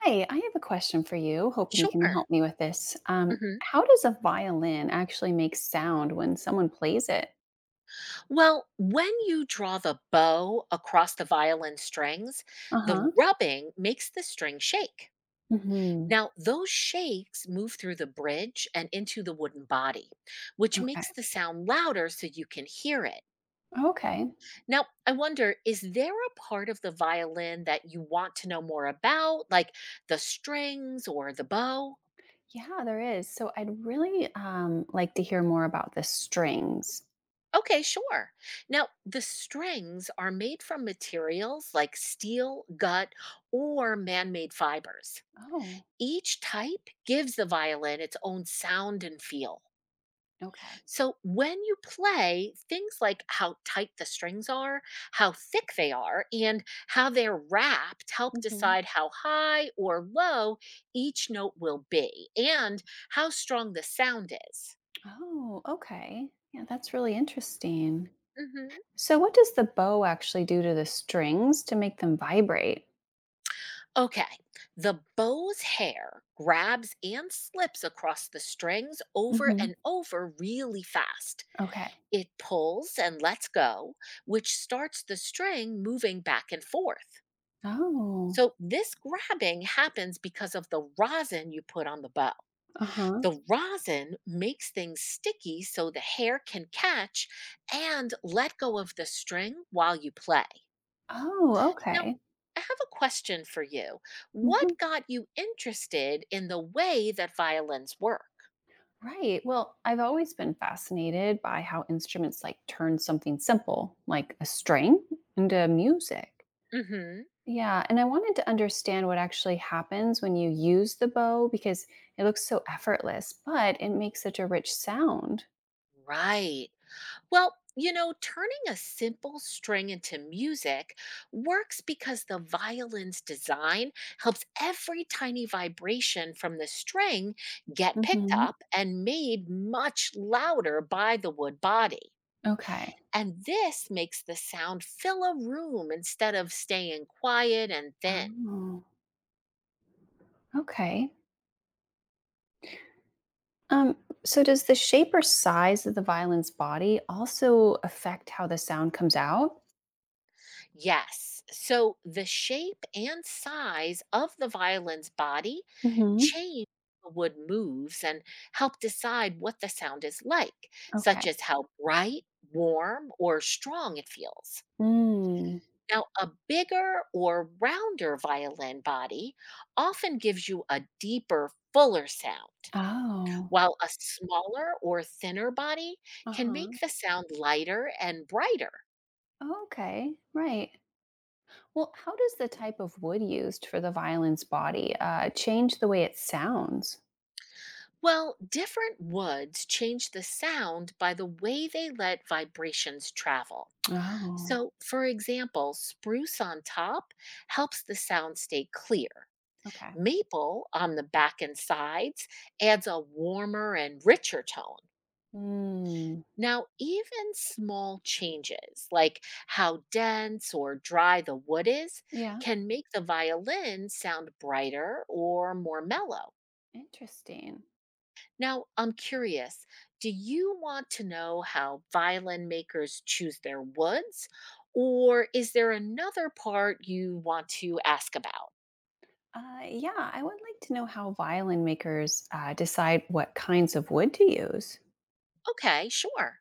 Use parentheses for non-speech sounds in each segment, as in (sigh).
Hi, I have a question for you, hoping you can Sure. help me with this. Hmm. How does a violin actually make sound when someone plays it? Well, when you draw the bow across the violin strings, Uh huh. the rubbing makes the string shake. Hmm. Now, those shakes move through the bridge and into the wooden body, which makes Okay. the sound louder so you can hear it. Okay. Now, I wonder, is there a part of the violin that you want to know more about, like the strings or the bow? Yeah, there is. So I'd really like to hear more about the strings. Okay, sure. Now, the strings are made from materials like steel, gut, or man made fibers. Oh, Each type gives the violin its own sound and feel. okay. So, when you play, things like how tight the strings are, how thick they are, and how they're wrapped help Hmm. decide how high or low each note will be and how strong the sound is. Oh, okay. Yeah, that's really interesting. Mhm. So, what does the bow actually do to the strings to make them vibrate? Okay. The bow's hair grabs and slips across the strings over Hmm. and over really fast. Okay. It pulls and lets go, which starts the string moving back and forth. Oh, So, this grabbing happens because of the rosin you put on the bow. uh huh. The rosin makes things sticky so the hair can catch and let go of the string while you play. Oh, Now, okay. I have a question for you. Mhm. What got you interested in the way that violins work? Right. Well, I've always been fascinated by how instruments like turn something simple, like a string, into music. Hmm. Yeah. And I wanted to understand what actually happens when you use the bow because it looks so effortless, but it makes such a rich sound. Right. Well, you know, turning a simple string into music works because the violin's design helps every tiny vibration from the string get picked Hmm. up and made much louder by the wood body. Okay. And this makes the sound fill a room instead of staying quiet and thin. Oh, okay. Um, so does the shape or size of the violin's body also affect how the sound comes out? Yes. So the shape and size of the violin's body Hmm. change how the wood moves and help decide what the sound is like, such Okay. as how bright, warm, or strong it feels. Mm. Now, a bigger or rounder violin body often gives you a deeper, fuller sound, Oh. while a smaller or thinner body can Uh-huh. make the sound lighter and brighter. Okay, right. Well, how does the type of wood used for the violin's body change the way it sounds? Well, different woods change the sound by the way they let vibrations travel. Oh, So, for example, spruce on top helps the sound stay clear. okay. Maple on the back and sides adds a warmer and richer tone. Hmm. Now, even small changes, like how dense or dry the wood is, Yeah, can make the violin sound brighter or more mellow. interesting. Now, I'm curious, do you want to know how violin makers choose their woods? Or is there another part you want to ask about? Yeah, I would like to know how violin makers decide what kinds of wood to use. Okay, sure.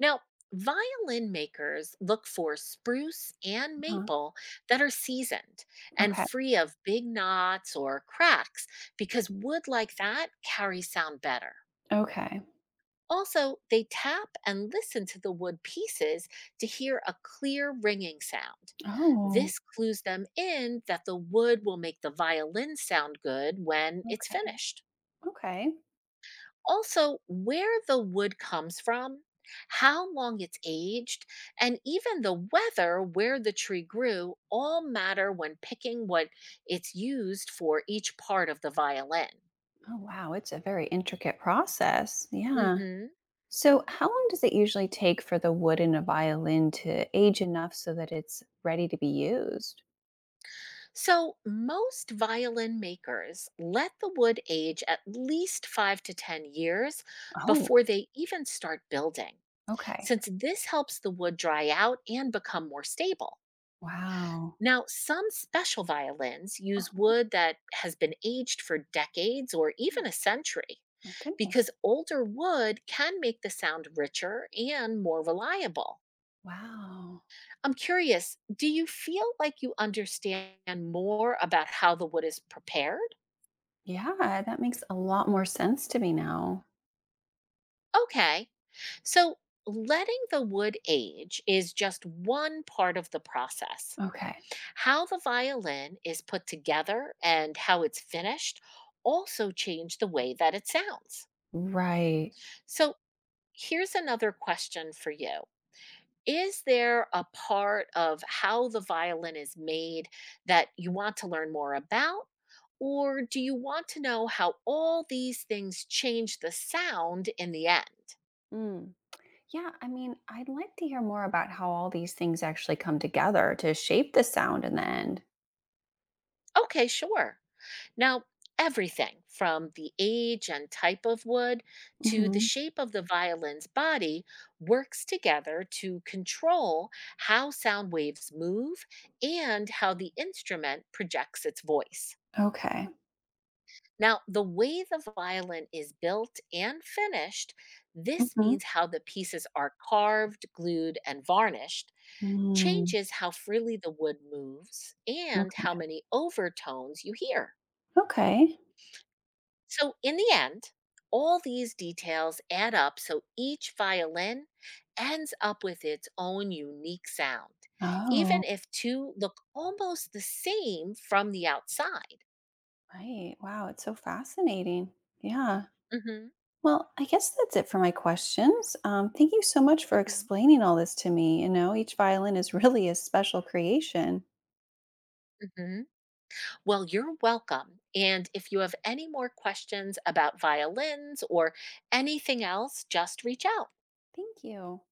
Now, violin makers look for spruce and Huh. maple that are seasoned and Okay. free of big knots or cracks because wood like that carries sound better. Okay. Also, they tap and listen to the wood pieces to hear a clear ringing sound. Oh, This clues them in that the wood will make the violin sound good when it's okay. finished. Okay. Also, where the wood comes from, how long it's aged, and even the weather where the tree grew all matter when picking what it's used for each part of the violin. Oh, wow. It's a very intricate process. Yeah. Mhm. So, how long does it usually take for the wood in a violin to age enough so that it's ready to be used? So, most violin makers let the wood age at least 5 to 10 years Oh, before they even start building, okay. since this helps the wood dry out and become more stable. Wow. Now, some special violins use Uh-huh. wood that has been aged for decades or even Oh, a century, my goodness. because older wood can make the sound richer and more reliable. Wow. I'm curious, do you feel like you understand more about how the wood is prepared? Yeah, that makes a lot more sense to me now. Okay. So letting the wood age is just one part of the process. Okay. How the violin is put together and how it's finished also change the way that it sounds. Right. So here's another question for you. Is there a part of how the violin is made that you want to learn more about? Or do you want to know how all these things change the sound in the end? Mm. Yeah, I mean, I'd like to hear more about how all these things actually come together to shape the sound in the end. Okay, sure. Now, everything from the age and type of wood to the Hmm. shape of the violin's body works together to control how sound waves move and how the instrument projects its voice. Okay. Now, the way the violin is built and finished, this Hmm. means how the pieces are carved, glued, and varnished, Mm, changes how freely the wood moves and how okay. many overtones you hear. Okay. So, in the end, all these details add up so each violin ends up with its own unique sound, even Oh. if two look almost the same from the outside. Right. Wow. It's so fascinating. Yeah. Hmm. Well, I guess that's it for my questions. Thank you so much for Hmm. explaining all this to me. You know, each violin is (laughs) really a special creation. Hmm. Well, you're welcome. And if you have any more questions about violins or anything else, just reach out. Thank you.